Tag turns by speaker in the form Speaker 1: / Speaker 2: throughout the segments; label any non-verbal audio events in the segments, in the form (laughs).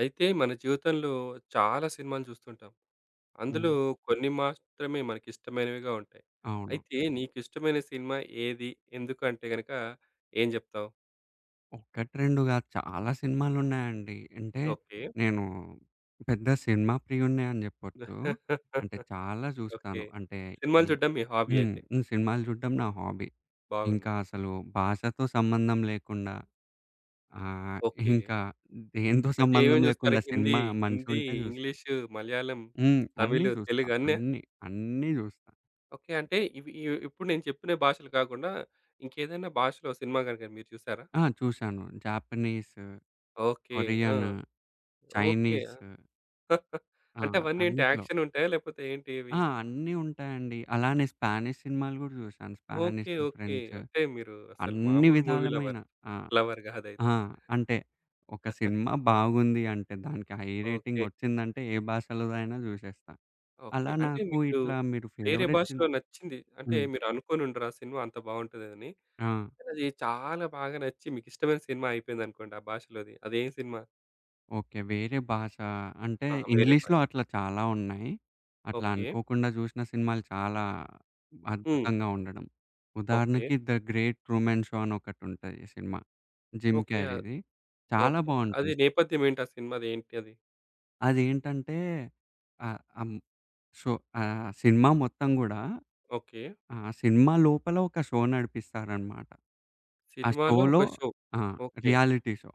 Speaker 1: అయితే మన జీవితంలో చాలా సినిమాలు చూస్తుంటాం. అందులో
Speaker 2: హ్మ్.
Speaker 1: కొన్ని మాత్రమే మనకిష్టమైనవిగా ఉంటాయి.
Speaker 2: అవును.
Speaker 1: అయితే నీకిష్టమైన సినిమా ఏది? ఎందుకు అంటే గనక ఏం జెప్తావు?
Speaker 2: 1, 2 గాదు చాలా సినిమాలున్నాయండి. అంటే
Speaker 1: ఓకే.
Speaker 2: నేను పెద్ద సినిమా ప్రియుడినే అని జెప్పొచ్చు. అంటే
Speaker 1: (laughs)
Speaker 2: చాలా
Speaker 1: ఓకే.
Speaker 2: జూస్తాను. అంటే ఈ
Speaker 1: సినిమాలు చూడడం మీ హాబీ
Speaker 2: హ్మ్.
Speaker 1: అయితే.
Speaker 2: హ్మ్. సినిమాలు జూడడం నా హాబీ.
Speaker 1: బాగుంది.
Speaker 2: ఇంకా అసలు భాషతో సంబంధం లేకుండా ఆహ్,
Speaker 1: ఓకే.
Speaker 2: ఇంకా దేనితో
Speaker 1: అంటే
Speaker 2: సంబంధం
Speaker 1: ఏమేమి చూస్తారు?
Speaker 2: లేకుండా
Speaker 1: హిందీ,
Speaker 2: సినిమా
Speaker 1: హిందీ,
Speaker 2: మంచిగుంటే జూస్తా.
Speaker 1: ఇంగ్లీషు, మలయాళం,
Speaker 2: హ్మ్. అన్నీ
Speaker 1: తమిళ్,
Speaker 2: జూస్తా.
Speaker 1: తెలుగు అన్నా?
Speaker 2: అన్నీ జూస్తా.
Speaker 1: ఓకే. అంటే ఇవి ఇవి ఇప్పుడు నేను చెప్పిన భాషలు కాకుండా ఇంకేదైనా భాషలో సినిమా గనుక మీరు చూసారా?
Speaker 2: ఆ! చూశాను. Japanese,
Speaker 1: okay. ఆ!
Speaker 2: Korean,
Speaker 1: okay.
Speaker 2: చైనీస్. ఆ!
Speaker 1: అంటే అవన్నీ ఏంటి
Speaker 2: అన్నిట్లో.
Speaker 1: యాక్షన్ ఉంటాయా? లేపోతే ఏంటి ఇవి?
Speaker 2: ఆ! అన్నీ ఉంటాయండి. అలానే స్పానిష్ సినిమాలు గూడా జూశాను. Spanish,
Speaker 1: okay. ఓకే.
Speaker 2: ఫ్రెంచ్,
Speaker 1: అంటే మీరు అసలు
Speaker 2: అన్ని
Speaker 1: మామూలు మూవీ
Speaker 2: విధాలమైన.
Speaker 1: లవర్,
Speaker 2: ఆ!
Speaker 1: లవర్
Speaker 2: ఆ!
Speaker 1: గాదైతే.
Speaker 2: అంటే ఒక సినిమా బాగుంది అంటే దానికి హై రేటింగ్
Speaker 1: ఓకే.
Speaker 2: ఒచ్చిందంటే ఏ భాషలోదైనా జూసేస్తా.
Speaker 1: ఓకే.
Speaker 2: అలా
Speaker 1: అంటే
Speaker 2: నాకు
Speaker 1: మీకు
Speaker 2: ఇట్లా మీరు
Speaker 1: వేరే
Speaker 2: ఫేవరెట్ సిన్
Speaker 1: భాషలో నచ్చింది. అంటే
Speaker 2: హ్మ్.
Speaker 1: మీరు అనుకోని ఉండరు ఆ సినిమా అంత బావుంటదని.
Speaker 2: ఆ!
Speaker 1: కానీ అది చాలా బాగా నచ్చి మీకిష్టమైన సినిమా అయిపోయిందనుకోండి ఆ భాషలోది. అదేం సినిమా?
Speaker 2: ఓకే. వేరే భాష అంటే
Speaker 1: ఆ! వేరే
Speaker 2: ఇంగ్లీష్‌లో
Speaker 1: భాష.
Speaker 2: అట్లా చాలా ఉన్నాయి. అట్లా
Speaker 1: ఓకే.
Speaker 2: అనుకోకుండా జూసిన సినిమాలు చాలా
Speaker 1: హ్మ్.
Speaker 2: అద్భుతంగా ఉండడం.
Speaker 1: ఓకే.
Speaker 2: ఉదాహరణకి 'ద గ్రేట్ ట్రూమన్ షో' అని ఒకటుంటది సినిమా. Gym
Speaker 1: okay. ఆహ్,
Speaker 2: క్యారీది. చాలా
Speaker 1: ఓకే. అది
Speaker 2: బావుంటది.
Speaker 1: నేపథ్యం ఏంటి ఆ సినిమాది? ఏంటి అది?
Speaker 2: అదేంటంటే ఆహ్, ఆహ్, హ్మ్, షో ఆహ్, సినిమా మొత్తం గూడా
Speaker 1: ఓకే.
Speaker 2: ఆ సినిమా లోపల ఒక షో నడిపిస్తారనమాట. ఆ
Speaker 1: సినిమాలో ఒక
Speaker 2: షోలో.
Speaker 1: షో.
Speaker 2: ఆ!
Speaker 1: ఓకే.
Speaker 2: Reality show.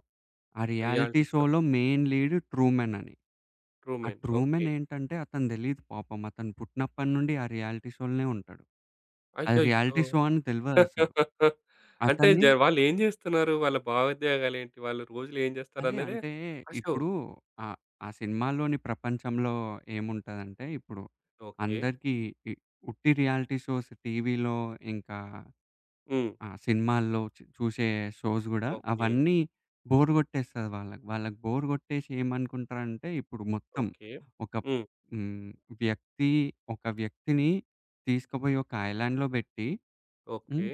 Speaker 2: ఆ రియాలిటీ
Speaker 1: రియాలిటీ షో.
Speaker 2: షోలో మెయిన్ లీడ్ ట్రూమన్ అని. ఆ
Speaker 1: 'ట్రూమన్.'
Speaker 2: 'Truman'
Speaker 1: okay.
Speaker 2: ఏంటంటే అతను తెలీదు పాపం. అతను పుట్టినప్పటి నుండి ఆ రియాలిటీ షో‌లోనే ఉంటాడు. అది
Speaker 1: అయ్యయ్యో!
Speaker 2: రియాలిటీ షో అని తెలవదసలు.
Speaker 1: (laughs) అంటే
Speaker 2: అతన్ని
Speaker 1: జ వాళ్ళేం జేస్తున్నారు? వాళ్ళ భావోద్వేగాలేంటి? వాళ్ళు రోజులో ఏం
Speaker 2: అదే
Speaker 1: జేస్తారన్నదే
Speaker 2: అంటే
Speaker 1: ఆ షో.
Speaker 2: ఇప్పుడు ఆహ్, ఆ సినిమాలోని ప్రపంచంలో ఏముంటదంటే ఇప్పుడు
Speaker 1: ఓకే.
Speaker 2: అందరికీ ఈ ఉట్టి రియాలిటీ షోస్ టీవీలో, ఇంకా
Speaker 1: హ్మ్.
Speaker 2: ఆ! సినిమాల్లో చూసే షోస్ గూడా
Speaker 1: ఓకే.
Speaker 2: అవన్నీ బోర్ గొట్టేస్తది వాళ్ళకి. వాళ్ళకి బోర్ గొట్టేసి ఏమనుకుంటారంటే ఇప్పుడు మొత్తం
Speaker 1: ఓకే.
Speaker 2: ఒక
Speaker 1: హ్మ్.
Speaker 2: హ్మ్. వ్యక్తి ఒక వ్యక్తిని తీసుకుపోయి ఒక ఐలాండ్‌లో బెట్టి, హ్మ్,
Speaker 1: ఓకే.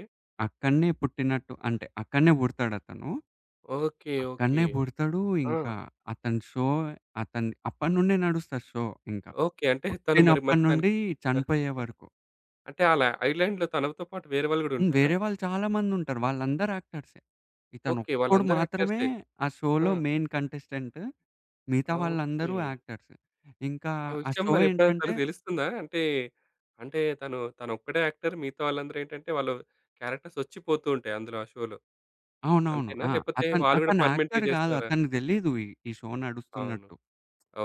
Speaker 2: అక్కడనే పుట్టినట్టు అంటే అక్కడనే పుడతాడతను.
Speaker 1: ఓకే.
Speaker 2: అక్కడనే
Speaker 1: ఓకే.
Speaker 2: పుడతాడు
Speaker 1: ఆ!
Speaker 2: ఇంకా. అతని షో అతని అప్పటినుండే నడుస్తది షో ఇంకా.
Speaker 1: ఓకే. అంటే తను మరి మరి
Speaker 2: పుట్టినప్పటి
Speaker 1: తను
Speaker 2: నుండి చనిపోయే
Speaker 1: (laughs)
Speaker 2: వరకు.
Speaker 1: అంటే ఆళ్ళ ఐర్లాండ్‌లో తనతో పాటు వేరే వాళ్ళు గూడా
Speaker 2: హ్మ్.
Speaker 1: ఉంటారా?
Speaker 2: వేరే వాళ్ళు చాలామందుంటారు. వాళ్ళందరూ యాక్టర్సే.
Speaker 1: ఓకే.
Speaker 2: ఇతనొక్కడు
Speaker 1: వాళ్ళందరూ
Speaker 2: మాత్రమే
Speaker 1: యాక్టర్సే.
Speaker 2: ఆ
Speaker 1: ఆ!
Speaker 2: షోలో మెయిన్ కంటెస్టెంట్. మిగతా
Speaker 1: ఓకే.
Speaker 2: వాళ్ళందరూ యాక్టర్స్. ఇంకా
Speaker 1: ఆ
Speaker 2: ఆ
Speaker 1: విషయం
Speaker 2: షో
Speaker 1: మరి ఎప్పుడైనా
Speaker 2: ఏంటంటే
Speaker 1: తనకు తెలుస్తుందా? అంటే, అంటే తను తనొక్కడే యాక్టర్. మిగతా వాళ్ళందరూ ఏంటంటే, వాళ్ళు క్యారెక్టర్స్ ఒచ్చి పోతూ ఉంటాయి అందులో ఆ షోలో.
Speaker 2: అవునవును.
Speaker 1: అంతేనా?
Speaker 2: ఆ!
Speaker 1: లేపోతే
Speaker 2: అతను
Speaker 1: వాళ్ళు గూడా
Speaker 2: అతను
Speaker 1: పర్మనెంట్‌గా
Speaker 2: యాక్టర్ గాదు.
Speaker 1: జేస్తారా?
Speaker 2: అతనికి తెలీదు ఈ ఈ షో
Speaker 1: అవును.
Speaker 2: నడుస్తున్నట్టు.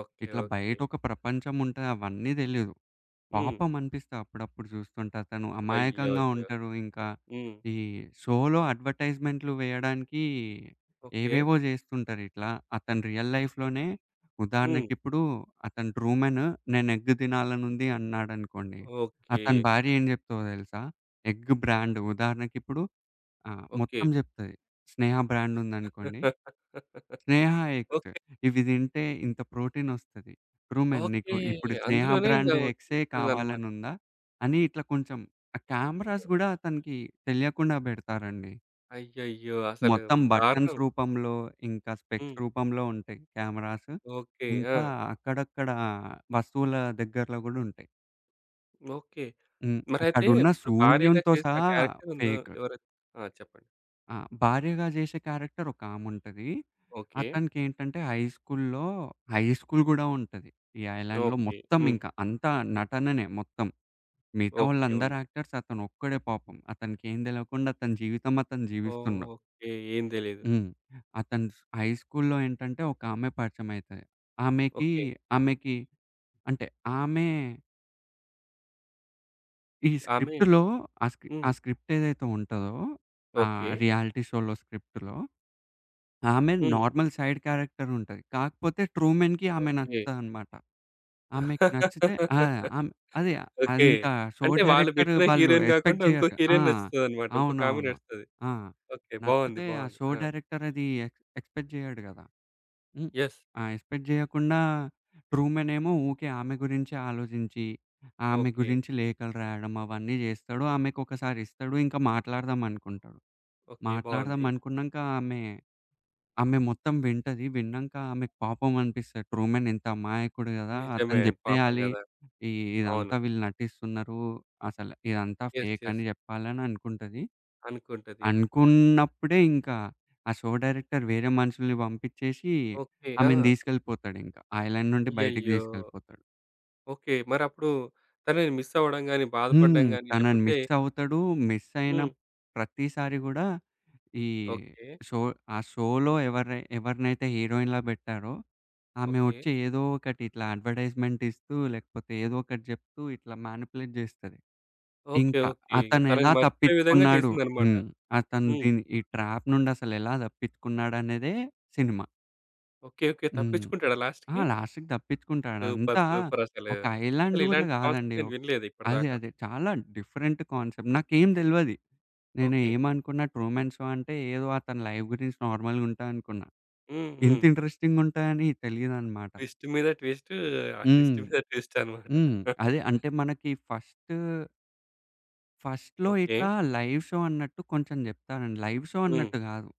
Speaker 1: ఓకే.
Speaker 2: ఇట్లా
Speaker 1: ఓకే.
Speaker 2: బయటొక ప్రపంచం ఉంటది అవన్నీ తెలీదు.
Speaker 1: హ్మ్.
Speaker 2: పాపం అనిపిస్తే అప్పుడప్పుడు చూస్తుంటా. తను
Speaker 1: అయ్యో!
Speaker 2: అమాయకంగా
Speaker 1: అయ్యో!
Speaker 2: ఉంటారు. ఇంకా
Speaker 1: హ్మ్.
Speaker 2: ఈ షోలో అడ్వర్‌టైజ్‌మెంట్‌లు వేయడానికి
Speaker 1: ఓకే.
Speaker 2: ఏవేవో జేస్తుంటారు ఇట్లా. అతను రియల్ లైఫ్‌లోనే
Speaker 1: హ్మ్.
Speaker 2: ఉదాహరణకిప్పుడు అతను ట్రూమన్ నేను ఎగ్ తినాలనుంది అన్నాడనుకోండి.
Speaker 1: ఓకే.
Speaker 2: అతని భార్య ఏం జెప్తదో తెలుసా? ఎగ్ బ్రాండ్ ఉదాహరణకిప్పుడు, ఆ,
Speaker 1: ఓకే.
Speaker 2: మొత్తం జెప్తది. స్నేహ బ్రాండ్ ఉందనుకోండి.
Speaker 1: (laughs)
Speaker 2: స్నేహ ఎగ్స్.
Speaker 1: ఓకే.
Speaker 2: ఇవి తింటే ఇంత ప్రోటీనొస్తది. ట్రూమెన్ నీకు
Speaker 1: ఓకే.
Speaker 2: ఇప్పుడు స్నేహ
Speaker 1: అందులోనే ఇంగ
Speaker 2: బ్రాండ్ ఎగ్సే
Speaker 1: వచ్చేస్తుందనమాట.
Speaker 2: కావాలనుందా? అని ఇట్లా కొంచెం. ఆ కెమెరాస్ గూడా అతనికి తెలియకుండా బెడతారండి.
Speaker 1: అయ్యయ్యో! అసలు
Speaker 2: మొత్తం బటన్స్
Speaker 1: దారుణం.
Speaker 2: రూపంలో, ఇంకా స్పెక్స్
Speaker 1: హ్మ్.
Speaker 2: రూపంలో ఉంటాయి కెమెరాస్.
Speaker 1: ఓకే. ఆ!
Speaker 2: ఇంకా అక్కడక్కడ వస్తువుల దగ్గరలో గూడా ఉంటాయి.
Speaker 1: ఓకే.
Speaker 2: హ్మ్.
Speaker 1: మరైతే
Speaker 2: అక్కడున్న
Speaker 1: ఇప్పుడు భార్యగా
Speaker 2: సూర్యునితో
Speaker 1: చేసిన
Speaker 2: సహా
Speaker 1: క్యారెక్టర్ ఉందో
Speaker 2: ఫేక్.
Speaker 1: ఎవరో ఆ! చెప్పండి.
Speaker 2: ఆ! భార్యగా జేసే క్యారెక్టర్ ఒకాముంటది.
Speaker 1: ఓకే.
Speaker 2: అతనికేంటంటే హై స్కూల్‌లో, హై స్కూల్ గూడా ఉంటది ఈ ఐలాండ్‌లో
Speaker 1: ఓకే.
Speaker 2: మొత్తం.
Speaker 1: హ్మ్.
Speaker 2: ఇంకా అంతా నటననే మొత్తం. మిగతా
Speaker 1: ఓకే.
Speaker 2: వాళ్ళందరు
Speaker 1: ఉంది.
Speaker 2: యాక్టర్స్, అతనొక్కడే పాపం. అతనికేం దెలవకుండా అతని జీవితం అతను జీవిస్తుండు.
Speaker 1: ఓకే. ఏం తెలీదు.
Speaker 2: హ్మ్. అతను స్ హై స్కూల్‌లో ఏంటంటే ఒకామె పరిచయమైతది. ఆమెకి
Speaker 1: ఓకే.
Speaker 2: ఆమెకి అంటే ఆమె ఈ
Speaker 1: ఆమె
Speaker 2: స్క్రిప్ట్‌లో ఆ స్క్రి ఆ
Speaker 1: హ్మ్.
Speaker 2: స్క్రిప్ట్ ఏదైతే ఉంటదో, ఆ
Speaker 1: ఓకే.
Speaker 2: రియాలిటీ షోలో స్క్రిప్ట్‌లో, ఆమె
Speaker 1: హ్మ్.
Speaker 2: నార్మల్ సైడ్ క్యారెక్టర్ ఉంటది. కాకపోతే 'ట్రూమన్'కి ఆమె
Speaker 1: ఓకే.
Speaker 2: నచ్చుతదనమాట. ఆమెకి నచ్చితే, ఆ, ఆమె అదే
Speaker 1: ఓకే.
Speaker 2: అదింకా షో
Speaker 1: అంటే వాళ్ళు
Speaker 2: డైరెక్టర్
Speaker 1: బెట్టిన
Speaker 2: వాళ్ళు
Speaker 1: హీరోయిన్
Speaker 2: ఎక్స్‌పెక్ట్
Speaker 1: గాకుండా ఇంకో
Speaker 2: జేయరు. ఆ!
Speaker 1: హీరోయిన్ నచ్చుతదనమాట. ఇంకొక ఆమె
Speaker 2: అవునవును.
Speaker 1: నచ్చుతది.
Speaker 2: ఆ!
Speaker 1: ఓకే. బావుంది.
Speaker 2: నచ్చితే ఆ
Speaker 1: బావుంది.
Speaker 2: షో
Speaker 1: ఆ!
Speaker 2: డైరెక్టర్ అది ఎక్స్‌పెక్ట్ జేయడు గదా! హ్మ్.
Speaker 1: యెస్.
Speaker 2: ఆ! ఎక్స్‌పెక్ట్ జేయకుండా 'ట్రూమన్' ఏమో ఊకే ఆమె గురించే ఆలోచించి, ఆమె
Speaker 1: ఓకే.
Speaker 2: గురించి లేఖలు రాయడం అవన్నీ జేస్తాడు. ఆమెకొకసారి ఇస్తాడు. ఇంకా మాట్లాడదాం అనుకుంటాడు.
Speaker 1: ఓకే.
Speaker 2: మాట్లాడదాం
Speaker 1: బావుంది.
Speaker 2: అనుకున్నంక ఆమె ఆమె మొత్తం వింటది. విన్నాంక ఆమెకు పాపం అనిపిస్తది. ట్రూమన్ ఇంత అమాయకుడు గదా!
Speaker 1: నిజమే
Speaker 2: అతను
Speaker 1: అండి. పాపం
Speaker 2: జెప్పేయాలి.
Speaker 1: గదా!
Speaker 2: ఈ
Speaker 1: అవును.
Speaker 2: ఇదంతా వీళ్ళు నటిస్తున్నారు. అసలు ఇదంతా
Speaker 1: యెస్.
Speaker 2: ఫేక్ అని
Speaker 1: యెస్.
Speaker 2: జెప్పాలని అనుకుంటది.
Speaker 1: అనుకుంటది.
Speaker 2: అనుకున్నప్పుడే ఇంకా ఆ షో డైరెక్టర్ వేరే మనుషుల్ని పంపిచ్చేసి
Speaker 1: ఓకే. ఆ!
Speaker 2: ఆమెను తీసుకెళ్ళిపోతాడింక. ఐలాండ్ నుండి బయటికి
Speaker 1: అయ్యయ్యో!
Speaker 2: తీసుకెళ్ళిపోతాడు.
Speaker 1: ఓకే. మరప్పుడు తనని మిస్ అవ్వడం గాని, బాధపడడం
Speaker 2: హ్మ్.
Speaker 1: గాని
Speaker 2: తనని
Speaker 1: లేపోతే
Speaker 2: మిస్ అవుతాడు. మిస్ అయిన
Speaker 1: హ్మ్.
Speaker 2: ప్రతిసారి గూడా ఈ
Speaker 1: ఓకే.
Speaker 2: షో ఆ షోలో ఎవరినైతే హీరోయిన్‌లా బెట్టారో ఆమె
Speaker 1: ఓకే.
Speaker 2: వచ్చి ఏదో ఒకటి ఇట్లా అడ్వర్టైజ్‌మెంట్ ఇస్తూ, లేకపోతే ఏదో ఒకటి జెప్తూ ఇట్లా మానిప్యులేట్ జేస్తది.
Speaker 1: ఓకే.
Speaker 2: ఇంకా
Speaker 1: ఓకే.
Speaker 2: అతనెలా
Speaker 1: తనని మర్చిపోయే విధంగా
Speaker 2: తప్పించుకున్నాడు
Speaker 1: చేసిందనమాట.
Speaker 2: హ్మ్. అతను
Speaker 1: హ్మ్.
Speaker 2: ఈ ట్రాప్ నుండసలెలా తప్పించుకున్నాడనేదే సినిమా.
Speaker 1: ఓకే. ఓకే.
Speaker 2: హ్మ్.
Speaker 1: తప్పించుకుంటాడా
Speaker 2: ఆ!
Speaker 1: లాస్ట్‌కి?
Speaker 2: లాస్ట్‌కి తప్పించుకుంటాడు.
Speaker 1: సూపర్.
Speaker 2: అదంతా
Speaker 1: సూపర్ అసలు.
Speaker 2: ఒక ఐలాండ్
Speaker 1: అసలు
Speaker 2: గూడా
Speaker 1: ఇలాంటి కాన్సెప్ట్
Speaker 2: గాదండి. ఒ
Speaker 1: నేను వినలేదు
Speaker 2: అదే.
Speaker 1: ఇప్పటిదాకా.
Speaker 2: అదే. చాలా డిఫరెంట్ కాన్సెప్ట్. నాకేం దెల్వది. నేను
Speaker 1: ఓకే.
Speaker 2: ఏమనుకున్నా ట్రూమన్ షో అంటే ఏదో అతని లైఫ్ గురించి నార్మల్‌గా ఉంటాదనుకున్నా.
Speaker 1: హ్మ్.
Speaker 2: ఇంత
Speaker 1: హ్మ్.
Speaker 2: ఇంట్రెస్టింగ్‌గుంటాయని తెలీదనమాట.
Speaker 1: ట్విస్ట్ మీద ట్విస్ట్, ఆ
Speaker 2: హ్మ్.
Speaker 1: ట్విస్ట్ మీద ట్విస్ట్ అన్నమాట.
Speaker 2: హ్మ్.
Speaker 1: (laughs)
Speaker 2: అదే అంటే మనకి ఫస్ట్‌లో
Speaker 1: ఓకే.
Speaker 2: ఇట్లా లైవ్ షో అన్నట్టు కొంచెం జెప్తానండి. లైవ్ షో
Speaker 1: హ్మ్.
Speaker 2: అన్నట్టు గాదు.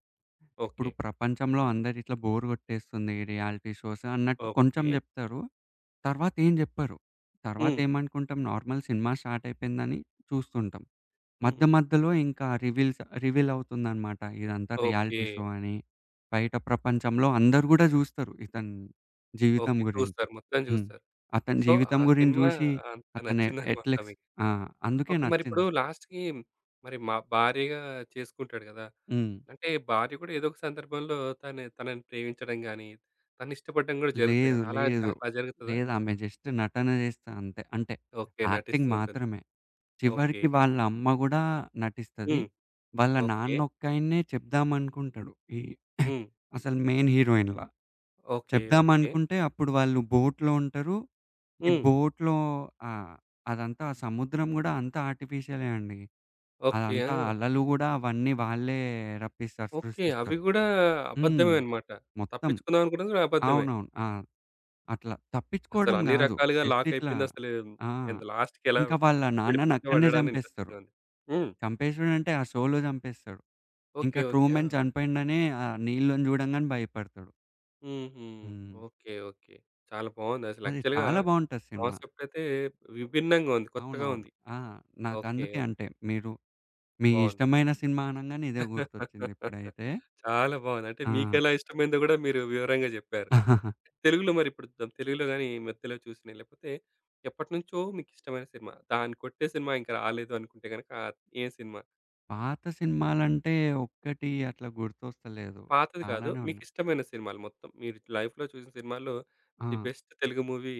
Speaker 2: ఇప్పుడు
Speaker 1: ఓకే.
Speaker 2: ప్రపంచంలో అందరిట్లా బోర్ గొట్టేస్తుంది రియాలిటీ షోస్ అన్నట్టు కొంచెం
Speaker 1: ఓకే.
Speaker 2: జెప్తారు. తర్వాతేం జెప్పరు.
Speaker 1: హ్మ్.
Speaker 2: తర్వాతేమనుకుంటాం నార్మల్ సినిమా స్టార్ట్ అయిపోయిందని చూస్తుంటాం. మధ్య
Speaker 1: హ్మ్.
Speaker 2: మధ్యలో ఇంకా రివీల్ అవుతుందనమాట. ఇదంతా
Speaker 1: ఓకే.
Speaker 2: రియాలిటీ షో అని. బయట ప్రపంచంలో అందరూ గూడా జూస్తారు ఇతని జీవితం
Speaker 1: ఓకే.
Speaker 2: గురించి.
Speaker 1: చూస్తారు. మొత్తం
Speaker 2: హ్మ్.
Speaker 1: చూస్తారు.
Speaker 2: అతని
Speaker 1: సో,
Speaker 2: జీవితం
Speaker 1: ఆ
Speaker 2: గురించి
Speaker 1: సినిమా
Speaker 2: జూసి
Speaker 1: అంత
Speaker 2: అతను
Speaker 1: నచ్చిందన్నమాట
Speaker 2: ఎట్లెక్స్
Speaker 1: మీకు.
Speaker 2: ఆ! అందుకే
Speaker 1: ఓకే. మరిప్పుడు
Speaker 2: నచ్చింది.
Speaker 1: లాస్ట్‌కి మరి మా భార్యగా చేసుకుంటాడు కదా!
Speaker 2: హ్మ్.
Speaker 1: అంటే భార్య కూడా ఏదో ఒక సందర్భంలో తను తనని ప్రేమించడం గాని, తను ఇష్టపడడం కూడా జరుగుతది
Speaker 2: లేదు.
Speaker 1: కదా! అలా
Speaker 2: లేదు.
Speaker 1: అట్లా జరుగుతదా?
Speaker 2: లేదామె జస్ట్ నటన జేస్తది అంతే. అంటే
Speaker 1: ఓకే.
Speaker 2: యాక్టింగ్
Speaker 1: నటిస్తూ ఉంటుంది.
Speaker 2: మాత్రమే.
Speaker 1: ఓకే.
Speaker 2: చివరికి వాళ్ళ అమ్మ గూడా నటిస్తది.
Speaker 1: హ్మ్.
Speaker 2: వాళ్ళ
Speaker 1: ఓకే.
Speaker 2: నాన్నొక్కాయన్నే చెప్దామనుకుంటాడు, ఈ
Speaker 1: హ్మ్.
Speaker 2: అసలు మెయిన్ హీరోయిన్‌లా.
Speaker 1: ఓకే. ఓకే.
Speaker 2: చెప్దామనుకుంటే అప్పుడు వాళ్ళు బోట్‌లో ఉంటారు. ఈ
Speaker 1: హ్మ్.
Speaker 2: బోట్‌లో ఆహ్, అదంతా సముద్రం గూడా అంతా ఆర్టిఫిషియలే అండి.
Speaker 1: ఓకే.
Speaker 2: అదంతా
Speaker 1: ఆ!
Speaker 2: అలలు గూడా అవన్నీ వాళ్ళే రప్పిస్తారు,
Speaker 1: ఓకే. అవి
Speaker 2: సృష్టిస్తారు.
Speaker 1: గూడా
Speaker 2: హ్మ్.
Speaker 1: అబద్ధమే అన్నమాట.
Speaker 2: మొత్తం.
Speaker 1: తప్పించుకుందాం అనుకున్నది కూడా అబద్ధమే.
Speaker 2: అవునవును. ఆ! అట్లా
Speaker 1: అసలు
Speaker 2: తప్పించుకోవడం
Speaker 1: అన్ని
Speaker 2: గాదు.
Speaker 1: రకాలుగా
Speaker 2: జస్ట్
Speaker 1: లాక్
Speaker 2: ఇట్లా
Speaker 1: అయిపోయింది. అసలు
Speaker 2: ఆ!
Speaker 1: ఎంత లాస్ట్‌కి ఎలా
Speaker 2: ఇంకా వాళ్ళ నాన్నని అక్కడనే
Speaker 1: విడిపించబడడానికి
Speaker 2: చంపేస్తారు.
Speaker 1: ఇంట్రెస్టింగ్‌గా ఉంది. హ్మ్.
Speaker 2: చంపేసుడు అంటే ఆ షోలో చంపేస్తాడు. ఇంకా
Speaker 1: ఓకే. ఓకే. ఆ!
Speaker 2: ట్రూమన్ చనిపోయిండనే ఆ నీళ్ళని చూడంగానే భయపడతాడు.
Speaker 1: హుహు.
Speaker 2: హ్మ్.
Speaker 1: ఓకే. ఓకే. చాలా బావుందసలు.
Speaker 2: అది
Speaker 1: యాక్చువల్‌గా
Speaker 2: చాలా బావుంటది సినిమా.
Speaker 1: కాన్సెప్ట్ అయితే విభిన్నంగా ఉంది. కొత్తగా
Speaker 2: అవునవును.
Speaker 1: ఉంది.
Speaker 2: ఆ!
Speaker 1: ఓకే.
Speaker 2: నాకందుకే
Speaker 1: ఓకే.
Speaker 2: అంటే మీరు మీ
Speaker 1: బావుంది.
Speaker 2: ఇష్టమైన సినిమా అనంగానే ఇదే
Speaker 1: (laughs)
Speaker 2: గుర్తొచ్చిందిప్పుడైతే.
Speaker 1: చాలా బావుంది. అంటే
Speaker 2: ఆ!
Speaker 1: మీకెలా ఇష్టమైందో గూడా మీరు వివరంగా జెప్పారు.
Speaker 2: (laughs)
Speaker 1: తెలుగులో మరిప్పుడు ద తెలుగులో గాని ఈ మధ్యలో చూసినయి లేకపోతే ఎప్పటినుంచో మీకిష్టమైన సినిమా, దాన్ని కొట్టే సినిమా ఇంకా రాలేదు అనుకుంటే గనక ఏ సినిమా?
Speaker 2: పాత సినిమాలంటే ఒక్కటి అట్లా గుర్తొస్తలేదు.
Speaker 1: పాతది కాదు.
Speaker 2: చాలానే ఉన్నాయి.
Speaker 1: మీకిష్టమైన సినిమాలు మొత్తం మీరు లైఫ్‌లో చూసిన సినిమాల్లో
Speaker 2: ఆ!
Speaker 1: ది బెస్ట్ తెలుగు మూవీ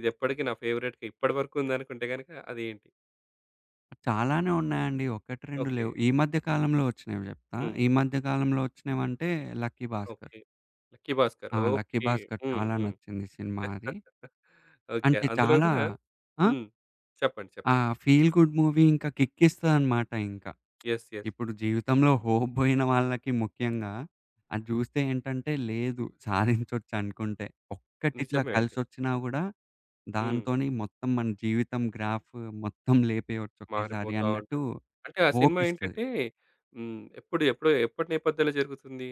Speaker 1: ఇదెప్పటికి నా ఫేవరెట్‌గా ఇప్పటి వరకు ఉందనుకుంటే గనక అదేంటి?
Speaker 2: చాలానే ఉన్నాయండి. 1, 2
Speaker 1: ఓకే.
Speaker 2: లేవు. ఈ మధ్య కాలంలో వచ్చినవి జెప్తా.
Speaker 1: హ్మ్.
Speaker 2: ఈ మధ్య కాలంలో వచ్చినవంటే 'Lucky Bhaskar.'
Speaker 1: Okay. 'Lucky Bhaskar'
Speaker 2: ఆ! 'Lucky
Speaker 1: okay.
Speaker 2: భాస్కర్'
Speaker 1: హ్మ్.
Speaker 2: చాలా
Speaker 1: హ్మ్.
Speaker 2: నచ్చింది సినిమా అది.
Speaker 1: ఓకే.
Speaker 2: అంటే
Speaker 1: అందులో
Speaker 2: చాలా
Speaker 1: గూడా
Speaker 2: ఆ!
Speaker 1: హ్మ్. చెప్పండి.
Speaker 2: ఆ
Speaker 1: చెప్పండి.
Speaker 2: ఫీల్ గుడ్ మూవీ ఇంకా కిక్కిస్తదనమాట ఇంకా.
Speaker 1: యెస్. యెస్.
Speaker 2: ఇప్పుడు జీవితంలో హోప్ బోయిన వాళ్ళకి ముఖ్యంగా అది జూస్తే ఏంటంటే లేదు సాధించొచ్చు అనుకుంటే. ఒక్కటిట్లా
Speaker 1: నిజమే అండి.
Speaker 2: కలిసొచ్చినా గూడా
Speaker 1: హ్మ్.
Speaker 2: దాంతోని మొత్తం మన జీవితం గ్రాఫ్ మొత్తం లేపేయొచ్చు ఒకేసారి
Speaker 1: మారిపోతా
Speaker 2: అన్నట్టు
Speaker 1: ఉంటది. అంటే ఆ
Speaker 2: హోప్
Speaker 1: సినిమా
Speaker 2: ఇస్తది.
Speaker 1: ఏంటంటే హ్మ్. ఎప్పుడు ఎప్పుడు ఎప్పటి నేపథ్యంలో జరుగుతుంది?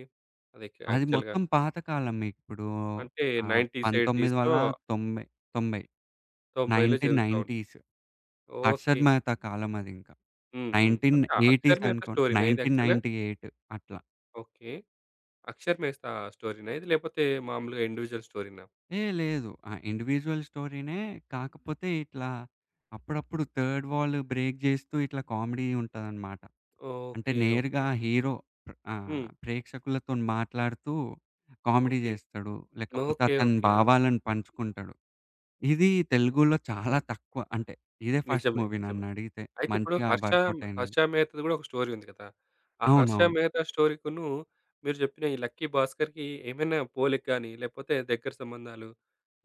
Speaker 1: అది
Speaker 2: అది
Speaker 1: యాక్చువల్‌గా
Speaker 2: మొత్తం పాతకాలం మీకిప్పుడు,
Speaker 1: అంటే 90స్, 80స్‌లో
Speaker 2: 1990, 90
Speaker 1: 90లో జరుగుతా ఉంటది.
Speaker 2: 1990స్.
Speaker 1: ఓకే.
Speaker 2: హర్షద్ మెహతా కాలం అదింకా.
Speaker 1: హ్మ్. హ్మ్. అంటే
Speaker 2: 1980స్
Speaker 1: 'అక్షర్ మేత'
Speaker 2: అనుకోండి.
Speaker 1: స్టోరీనా ఇది యాక్చువల్‌గా?
Speaker 2: 1998 అట్లా.
Speaker 1: ఓకే. 'అక్షర్ మేత' స్టోరీనా ఇది? లేకపోతే మామూలుగా ఇండివిడ్యువల్ స్టోరీనా?
Speaker 2: ఏ లేదు. ఆ! ఇండివిడ్యుయల్ స్టోరీనే. కాకపోతే ఇట్లా అప్పుడప్పుడు థర్డ్ వాల్ బ్రేక్ జేస్తూ ఇట్లా కామెడీ ఉంటదనమాట. అంటే
Speaker 1: ఓకే.
Speaker 2: నేరుగా
Speaker 1: ఓకే.
Speaker 2: హీరో
Speaker 1: హ్మ్.
Speaker 2: ప్రేక్షకులతోని మాట్లాడుతూ కామెడీ
Speaker 1: ఓకే.
Speaker 2: జేస్తాడు. లేకపోతే
Speaker 1: ఓకే.
Speaker 2: అతని
Speaker 1: ఓకే. ఆ!
Speaker 2: భావాలను పంచుకుంటాడు. ఇది తెలుగులో చాలా తక్కువ. అంటే ఇదే ఫస్ట్
Speaker 1: నిజమే.
Speaker 2: మూవీ
Speaker 1: నిజమే.
Speaker 2: నన్నడిగితే
Speaker 1: అయితే ఇప్పుడు
Speaker 2: మంచిగా
Speaker 1: 'హర్ష'
Speaker 2: వర్కౌట్ అయినది.
Speaker 1: 'హర్ష మెహతా'ది గూడా ఒక స్టోరీ ఉంది కదా! ఆ 'హర్ష
Speaker 2: అవునవును.
Speaker 1: మెహతా' స్టోరీకిను మీరు జెప్పిన ఈ 'లక్కీ భాస్కర్‌కి' ఏమైనా పోలిక గాని, లేపోతే దగ్గర సంబంధాలు,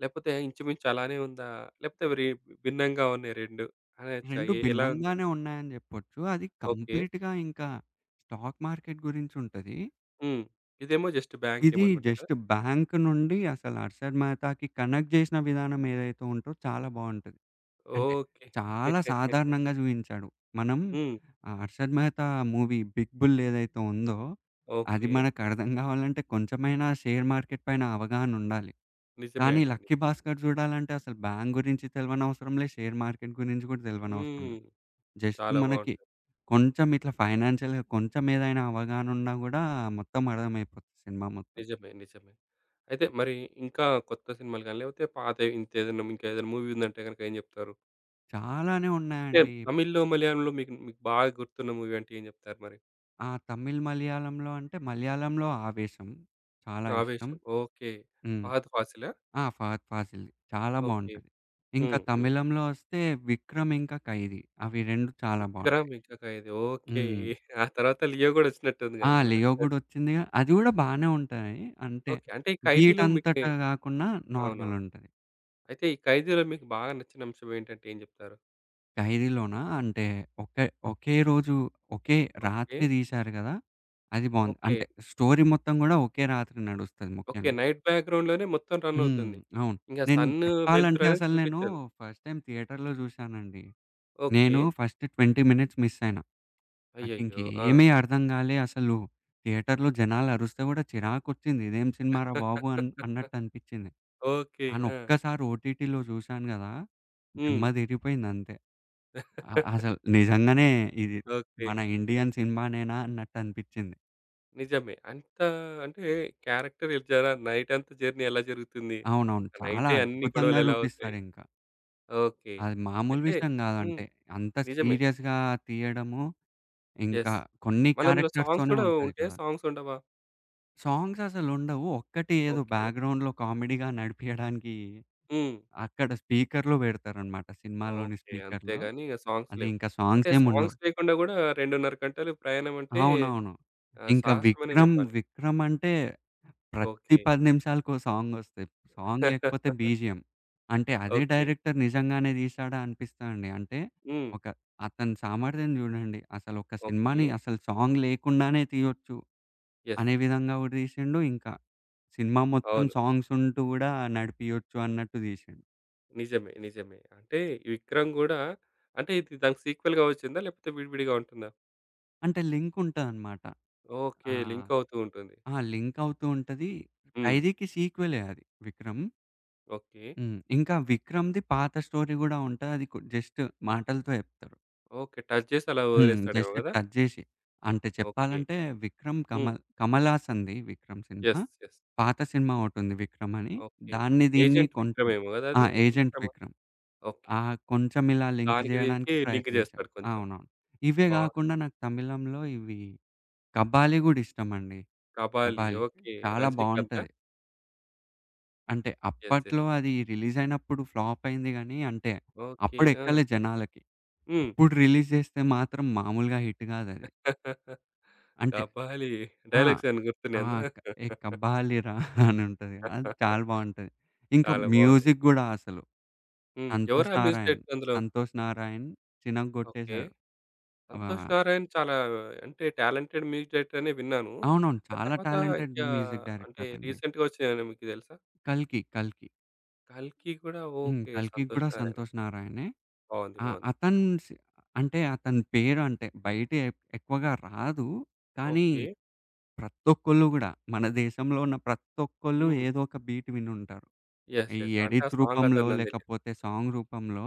Speaker 1: లేపోతే ఇంచుమించు అలానే ఉందా? లేపోతే రి భిన్నంగా ఉన్నాయి 2 అనొచ్చా?
Speaker 2: 2
Speaker 1: ఎ ఎలా ఉంది?
Speaker 2: భిన్నంగానే ఉన్నాయని జెప్పొచ్చు. అది
Speaker 1: ఓకే.
Speaker 2: కంప్లీట్‌గా ఇంకా స్టాక్ మార్కెట్ గురించి ఉంటది.
Speaker 1: హ్మ్. ఇదేమో జస్ట్ బ్యాంక్
Speaker 2: ఇది
Speaker 1: ఏమో అనుకుంటా కదా!
Speaker 2: జస్ట్ బ్యాంక్ నుండి అసలు 'అర్షద్ మెహతాకి' కనెక్ట్ జేసిన విధానం ఏదైతే ఉంటదో చాలా బావుంటది. అంటే
Speaker 1: ఓకే.
Speaker 2: చాలా
Speaker 1: (laughs)
Speaker 2: సాధారణంగా జూయించాడు. మనం
Speaker 1: హ్మ్.
Speaker 2: ఆ 'Arshad Mehta' movie 'big bull' ఏదైతే ఉందో, అది
Speaker 1: ఓకే.
Speaker 2: మనకర్థం గావాలంటే కొంచెమైనా షేర్ మార్కెట్ పైన అవగాహన ఉండాలి.
Speaker 1: నిజమే
Speaker 2: కానీ
Speaker 1: అండి.
Speaker 2: 'లక్కీ భాస్కర్' జూడాలంటే అసలు బ్యాంక్ గురించి తెలవనవసరం లే, షేర్ మార్కెట్ గురించి గూడా తెలవనవసరం
Speaker 1: హ్మ్.
Speaker 2: లే. జస్ట్
Speaker 1: చాలా
Speaker 2: మనకి
Speaker 1: బావుంటది.
Speaker 2: కొంచెం ఇట్లా ఫైనాన్షియల్‌గా కొంచెం ఏదైనా అవగాహన ఉన్నా గూడా మొత్తం అర్థమైపోతుంది సినిమా మొత్తం.
Speaker 1: నిజమే. నిజమే. అయితే మరి ఇంకా కొత్త సినిమాలు గాని, లేకపోతే పాతవి ఇంతేదైనా ఇంకేదైనా మూవీ ఉందంటే గనుక ఏం జెప్తారు?
Speaker 2: చాలానే
Speaker 1: అంటే
Speaker 2: ఉన్నాయండి.
Speaker 1: తమిళ్‌లో, మలయాళంలో మీకు మీకు బాగా గుర్తున్న మూవీ అంటే ఏం జెప్తారు మరి?
Speaker 2: ఆ! తమిళ్, మలయాళంలో అంటే మలయాళంలో 'ఆవేశం' చాలా ఇష్టం.
Speaker 1: 'ఆవేశం' ఓకే.
Speaker 2: హ్మ్.
Speaker 1: 'ఫహద్ ఫాసిలా'
Speaker 2: ఆ! ఫహద్ ఫాసిల్‌ది చాలా
Speaker 1: ఓకే.
Speaker 2: బావుంటది. ఇంకా
Speaker 1: హ్మ్. హ్మ్.
Speaker 2: తమిళంలో వస్తే 'విక్రమ్' ఇంకా 'ఖైదీ' అవి 2 చాలా బావుంటాయి.
Speaker 1: 'విక్రమ్' ఇంకా 'ఖైదీ' ఓకే.
Speaker 2: హ్మ్.
Speaker 1: ఆ తర్వాత 'లియో' గూడా ఒచ్చినట్టుందిగా
Speaker 2: ఆ!
Speaker 1: అందులో.
Speaker 2: 'లియో' గూడొచ్చిందిగా. అది గూడా బానే ఉంటాయి. అంటే
Speaker 1: ఓకే. అంటే ఈ 'ఖైదీలో'
Speaker 2: వీటంతట
Speaker 1: మీకే
Speaker 2: గాకున్నా నార్మల్
Speaker 1: అవునవును.
Speaker 2: ఉంటది.
Speaker 1: అయితే ఈ 'ఖైదీలో' మీకు బాగా నచ్చిన అంశం ఏంటంటే ఏం జెప్తారు?
Speaker 2: 'ఖైదీలోనా' అంటే ఒకే ఒకే రోజు ఒకే
Speaker 1: ఓకే.
Speaker 2: రాత్రి తీశారు గదా! అది బావుంది.
Speaker 1: ఓకే.
Speaker 2: అంటే స్టోరీ మొత్తం గూడా ఒకే రాత్రి నడుస్తది
Speaker 1: ఓకే.
Speaker 2: ముఖ్యంగా.
Speaker 1: నైట్ బ్యాక్‌గ్రౌండ్‌లోనే మొత్తం రన్
Speaker 2: హ్మ్.
Speaker 1: అవుతుంది.
Speaker 2: అవును.
Speaker 1: ఇంగ
Speaker 2: నేను
Speaker 1: సన్ను,
Speaker 2: చెప్పాలంటే
Speaker 1: వెలుతురనేది
Speaker 2: అసలు నేను
Speaker 1: కనిపిచ్చదు.
Speaker 2: ఫస్ట్ టైమ్ థియేటర్‌లో చూశానండి.
Speaker 1: ఓకే.
Speaker 2: నేను ఫస్ట్ 20 మినిట్స్ మిస్ అయినా.
Speaker 1: అయ్యయ్యో! ఆ!
Speaker 2: నాకింకేమీ అర్థం కాలే. అసలు థియేటర్‌లో జనాలు అరుస్తే కూడా చిరాకొచ్చింది. ఇదేం సినిమారా బాబు! అన్నట్టు అనిపించింది.
Speaker 1: ఓకే.
Speaker 2: కానీ
Speaker 1: ఆ!
Speaker 2: ఒక్కసారి ఓటీటీలో చూశాను కదా! దిమ్మ
Speaker 1: హ్మ్.
Speaker 2: తిరిగిపోయింది అంతే. అసలు నిజంగానే ఇది
Speaker 1: ఓకే.
Speaker 2: మన ఇండియన్ సినిమానేనా అన్నట్టు అనిపించింది.
Speaker 1: నిజమే. అంత అంటే క్యారెక్టర్ ఇలా జర నైట్ అంతా జర్నీ ఎలా జరుగుతుంది?
Speaker 2: అవునవును.
Speaker 1: ఆ
Speaker 2: చాలా
Speaker 1: నైటే అన్ని
Speaker 2: అద్భుతంగా
Speaker 1: గొడవలు ఎలా అవుతాయి?
Speaker 2: చూపిస్తాడింకా.
Speaker 1: ఓకే.
Speaker 2: అది మామూలు
Speaker 1: అయితే
Speaker 2: విషయం
Speaker 1: హ్మ్.
Speaker 2: కాదంటే. అంత
Speaker 1: నిజమే.
Speaker 2: సీరియస్‌గా తీయడము.
Speaker 1: యెస్.
Speaker 2: ఇంకా కొన్ని
Speaker 1: మళ్ళీ అందులో సాంగ్స్
Speaker 2: క్యారెక్టర్స్‌తోనే
Speaker 1: కూడా
Speaker 2: ఉంటది
Speaker 1: ఉంటాయా?
Speaker 2: కదా!
Speaker 1: సాంగ్స్ ఉండవా?
Speaker 2: సాంగ్స్ అసలుండవు. ఒక్కటి ఏదో
Speaker 1: ఓకే.
Speaker 2: బ్యాక్‌గ్రౌండ్‌లో కామెడీగా నడిపియడానికి
Speaker 1: హ్మ్.
Speaker 2: అక్కడ స్పీకర్‌లో పెడతారనమాట, సినిమాలోని
Speaker 1: ఓకే.
Speaker 2: స్పీకర్‌లో.
Speaker 1: అంతేగాని ఇగ సాంగ్స్
Speaker 2: అది
Speaker 1: లేవు.
Speaker 2: ఇంకా
Speaker 1: అంటే
Speaker 2: సాంగ్స్ ఏముండవు.
Speaker 1: సాంగ్స్ లేకుండా కూడా 2:30 గంటలు ప్రయాణం అంటే
Speaker 2: అవునవును.
Speaker 1: ఆహ్,
Speaker 2: ఇంకా
Speaker 1: సాహసమనే జెప్పాలి.
Speaker 2: 'విక్రమ్' అంటే ప్రతి
Speaker 1: ఓకే.
Speaker 2: 10 నిమిషాలకో సాంగొస్తాయి. సాంగ్ లేకపోతే
Speaker 1: (laughs)
Speaker 2: బీజీఎం. అంటే అదే
Speaker 1: ఓకే.
Speaker 2: డైరెక్టర్ నిజంగానే తీశాడా అనిపిస్తదండి. అంటే
Speaker 1: హ్మ్.
Speaker 2: ఒక అతని సామర్థ్యం చూడండి. అసలు ఒక
Speaker 1: ఓకే.
Speaker 2: సినిమాని అసలు సాంగ్ లేకుండానే తీయొచ్చు
Speaker 1: యెస్.
Speaker 2: అనే విధంగా గూడా తీసిండు. ఇంకా సినిమా మొత్తం
Speaker 1: అవును.
Speaker 2: సాంగ్స్ ఉంటూ గూడా నడిపియొచ్చు అన్నట్టు తీసిండు.
Speaker 1: నిజమే. నిజమే. అంటే ఈ 'విక్రమ్' గూడా అంటే ఇది దానికి సీక్వెల్‌గా వచ్చిందా? లేకపోతే విడివిడిగా ఉంటుందా?
Speaker 2: అంటే లింక్ ఉంటదనమాట. ఆ!
Speaker 1: ఓకే. లింక్ అవుతూ ఉంటుంది.
Speaker 2: ఆ! లింక్ అవుతూ ఉంటది.
Speaker 1: హ్మ్.
Speaker 2: 'ఖైదీకి' సీక్వెలే అది 'విక్రమ్.'
Speaker 1: ఓకే.
Speaker 2: హ్మ్. ఇంకా 'విక్రమ్‌ది' పాత స్టోరీ గూడా ఉంటది. అది కు జస్ట్ మాటలతో చెప్తారు.
Speaker 1: ఓకే. టచ్ చేసి అలా
Speaker 2: హ్మ్.
Speaker 1: వదిలేస్తాడేమో
Speaker 2: జస్ట్
Speaker 1: గదా!
Speaker 2: టచ్ జేసి. అంటే
Speaker 1: ఓకే.
Speaker 2: చెప్పాలంటే 'విక్రమ్'
Speaker 1: హ్మ్.
Speaker 2: కమల్ కమల్ హాసన్‌ది 'విక్రమ్' సినిమా.
Speaker 1: యెస్. యెస్.
Speaker 2: పాత సినిమా ఒకటుంది 'విక్రమ్' అని.
Speaker 1: ఓకే.
Speaker 2: దీన్ని
Speaker 1: ఏజెంట్
Speaker 2: కొంటాం.
Speaker 1: విక్రమేమో గదా!
Speaker 2: ఆ!
Speaker 1: అది.
Speaker 2: 'ఏజెంట్
Speaker 1: విక్రమా?
Speaker 2: విక్రమ్.'
Speaker 1: ఓకే.
Speaker 2: ఆ! కొంచెం ఇలా లింక్
Speaker 1: దానికి దీనికి
Speaker 2: జేయడానికి
Speaker 1: లింక్
Speaker 2: ప్రయత్నించా.
Speaker 1: చేస్తాడు కొంచెం.
Speaker 2: అవునవును. ఇవే
Speaker 1: బా
Speaker 2: గాకుండా నాకు తమిళంలో కబాలి గూడా ఇష్టమండి.
Speaker 1: 'కబాలీ'
Speaker 2: కబాలి.
Speaker 1: ఓకే.
Speaker 2: చాలా
Speaker 1: 'రజినీకాంతా'?
Speaker 2: బావుంటది. అంటే
Speaker 1: యెస్. యెస్.
Speaker 2: అప్పట్లో అది రిలీజ్ అయినప్పుడు ఫ్లాప్ అయింది గానీ, అంటే
Speaker 1: ఓకే.
Speaker 2: అప్పుడు
Speaker 1: ఆ!
Speaker 2: ఎక్కలే జనాలకి.
Speaker 1: హ్మ్.
Speaker 2: ఇప్పుడు రిలీజ్ జేస్తే మాత్రం మామూలుగా హిట్
Speaker 1: 'కబాలీ'
Speaker 2: గాదది. అంటే
Speaker 1: (laughs)
Speaker 2: ఆ!
Speaker 1: డైలాగ్స్ ఏమన్నా గుర్తున్నాయా
Speaker 2: ఆ!
Speaker 1: అందులో?
Speaker 2: క ఏ కబ్బాలిరా (laughs) అని ఉంటది. అది చాలా
Speaker 1: (laughs)
Speaker 2: బావుంటది. ఇంకా
Speaker 1: చాలా బావుంది.
Speaker 2: మ్యూజిక్ గూడా అసలు.
Speaker 1: హ్మ్. ఎవరు
Speaker 2: సంతోష్
Speaker 1: ఆ మ్యూజిక్
Speaker 2: నారాయణ్,
Speaker 1: డైరెక్టర్ అందులో?
Speaker 2: సంతోష్ నారాయణ్
Speaker 1: ఓకే.
Speaker 2: చినగ్గొట్టేసాడు. ఆ!
Speaker 1: 'సంతోష్ నారాయణ్' చాలా అంటే టాలెంటెడ్ మ్యూజిక్ డైరెక్టర్ అనే విన్నాను.
Speaker 2: అవునవును.
Speaker 1: ఆ
Speaker 2: చాలా
Speaker 1: తర్వాత
Speaker 2: టాలెంటెడ్
Speaker 1: ఇంకా
Speaker 2: మ్యూజిక్
Speaker 1: అంటే
Speaker 2: డైరెక్టర్ అండి.
Speaker 1: రీసెంట్‌గా వచ్చినయేమైనా మీకు తెలుసా?
Speaker 2: 'కల్కి'.
Speaker 1: 'కల్కి' కూడా
Speaker 2: హ్మ్.
Speaker 1: ఓకే.
Speaker 2: 'కల్కి' గూడా
Speaker 1: 'సంతోష్ నారాయణ'
Speaker 2: సంతోష్ నారాయణే.
Speaker 1: బాగుంది.
Speaker 2: ఆ!
Speaker 1: బాగుంది.
Speaker 2: అతను సి అంటే అతని పేరు అంటే బయట ఎక్కువగా రాదు. కానీ
Speaker 1: ఓకే.
Speaker 2: ప్రతొక్కళ్ళు గూడా మన దేశంలో ఉన్న ప్రతొక్కళ్ళు
Speaker 1: హ్మ్.
Speaker 2: ఏదో ఒక బీట్ వినుంటారు.
Speaker 1: యెస్.
Speaker 2: ఈ
Speaker 1: యెస్. అంటే ఆ
Speaker 2: ఎడిట్స్
Speaker 1: సాంగ్
Speaker 2: రూపంలో
Speaker 1: అతనిదని తెలీదు.
Speaker 2: లేకపోతే సాంగ్ రూపంలో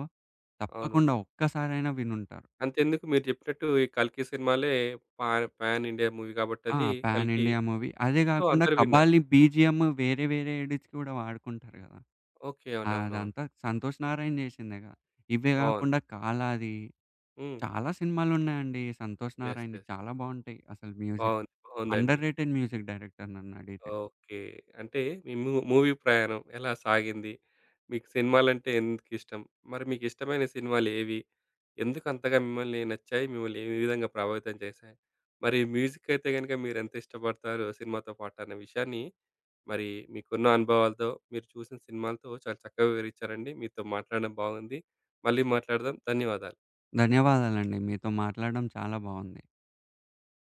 Speaker 1: అవును.
Speaker 2: తప్పకుండా ఒక్కసారైనా వినుంటారు.
Speaker 1: అంతెందుకు మీరు చెప్పినట్టు ఈ 'కల్కి' సినిమాలే పాన్ పాన్ ఇండియా మూవీ
Speaker 2: ఆ!
Speaker 1: కాబట్టది
Speaker 2: పాన్
Speaker 1: 'కల్కి.'
Speaker 2: India movie. అదే
Speaker 1: సో,
Speaker 2: గాకుండా
Speaker 1: అందరూ విన్నారు.
Speaker 2: 'కబాలీ' బీజీఎమ్ వేరే వేరే ఎడిట్స్‌కి గూడా వాడుకుంటారు గదా!
Speaker 1: ఓకే. అవునవునవును.
Speaker 2: అదంతా 'సంతోష్ నారాయణ' చేసిందేగా. ఇవే
Speaker 1: బాగుంది.
Speaker 2: కాకుండా 'కాలాది'
Speaker 1: హ్మ్.
Speaker 2: చాలా సినిమాలున్నాయండి 'సంతోష్
Speaker 1: యెస్.
Speaker 2: నారాయణ్‌యి',
Speaker 1: యెస్.
Speaker 2: చాలా బావుంటాయి అసలు మ్యూజిక్.
Speaker 1: బాగుంది. బాగుందండి.
Speaker 2: అండర్ రేటెడ్ మ్యూజిక్ డైరెక్టర్ నన్నడిగితే.
Speaker 1: ఓకే. అంటే మీ మూ మూవీ ప్రయాణం ఎలా సాగింది? మీకు సినిమాలంటే ఎందుకిష్టం? మరి మీకిష్టమైన సినిమాలేవి? ఎందుకంతగా మిమ్మల్ని నచ్చాయి? మిమ్మల్ని ఏ విధంగా ప్రభావితం చేశాయి? మరి మ్యూజిక్ అయితే గనుక మీరెంత ఇష్టపడతారో సినిమాతో పాటు అన్న విషయాన్ని, మరి మీకున్న అనుభవాలతో, మీరు చూసిన సినిమాలతో చాలా చక్కగా వివరించారండి. మీతో మాట్లాడడం బాగుంది. మళ్ళీ మాట్లాడదాం. ధన్యవాదాలు.
Speaker 2: ధన్యవాదాలండి. మీతో మాట్లాడడం చాలా బావుంది.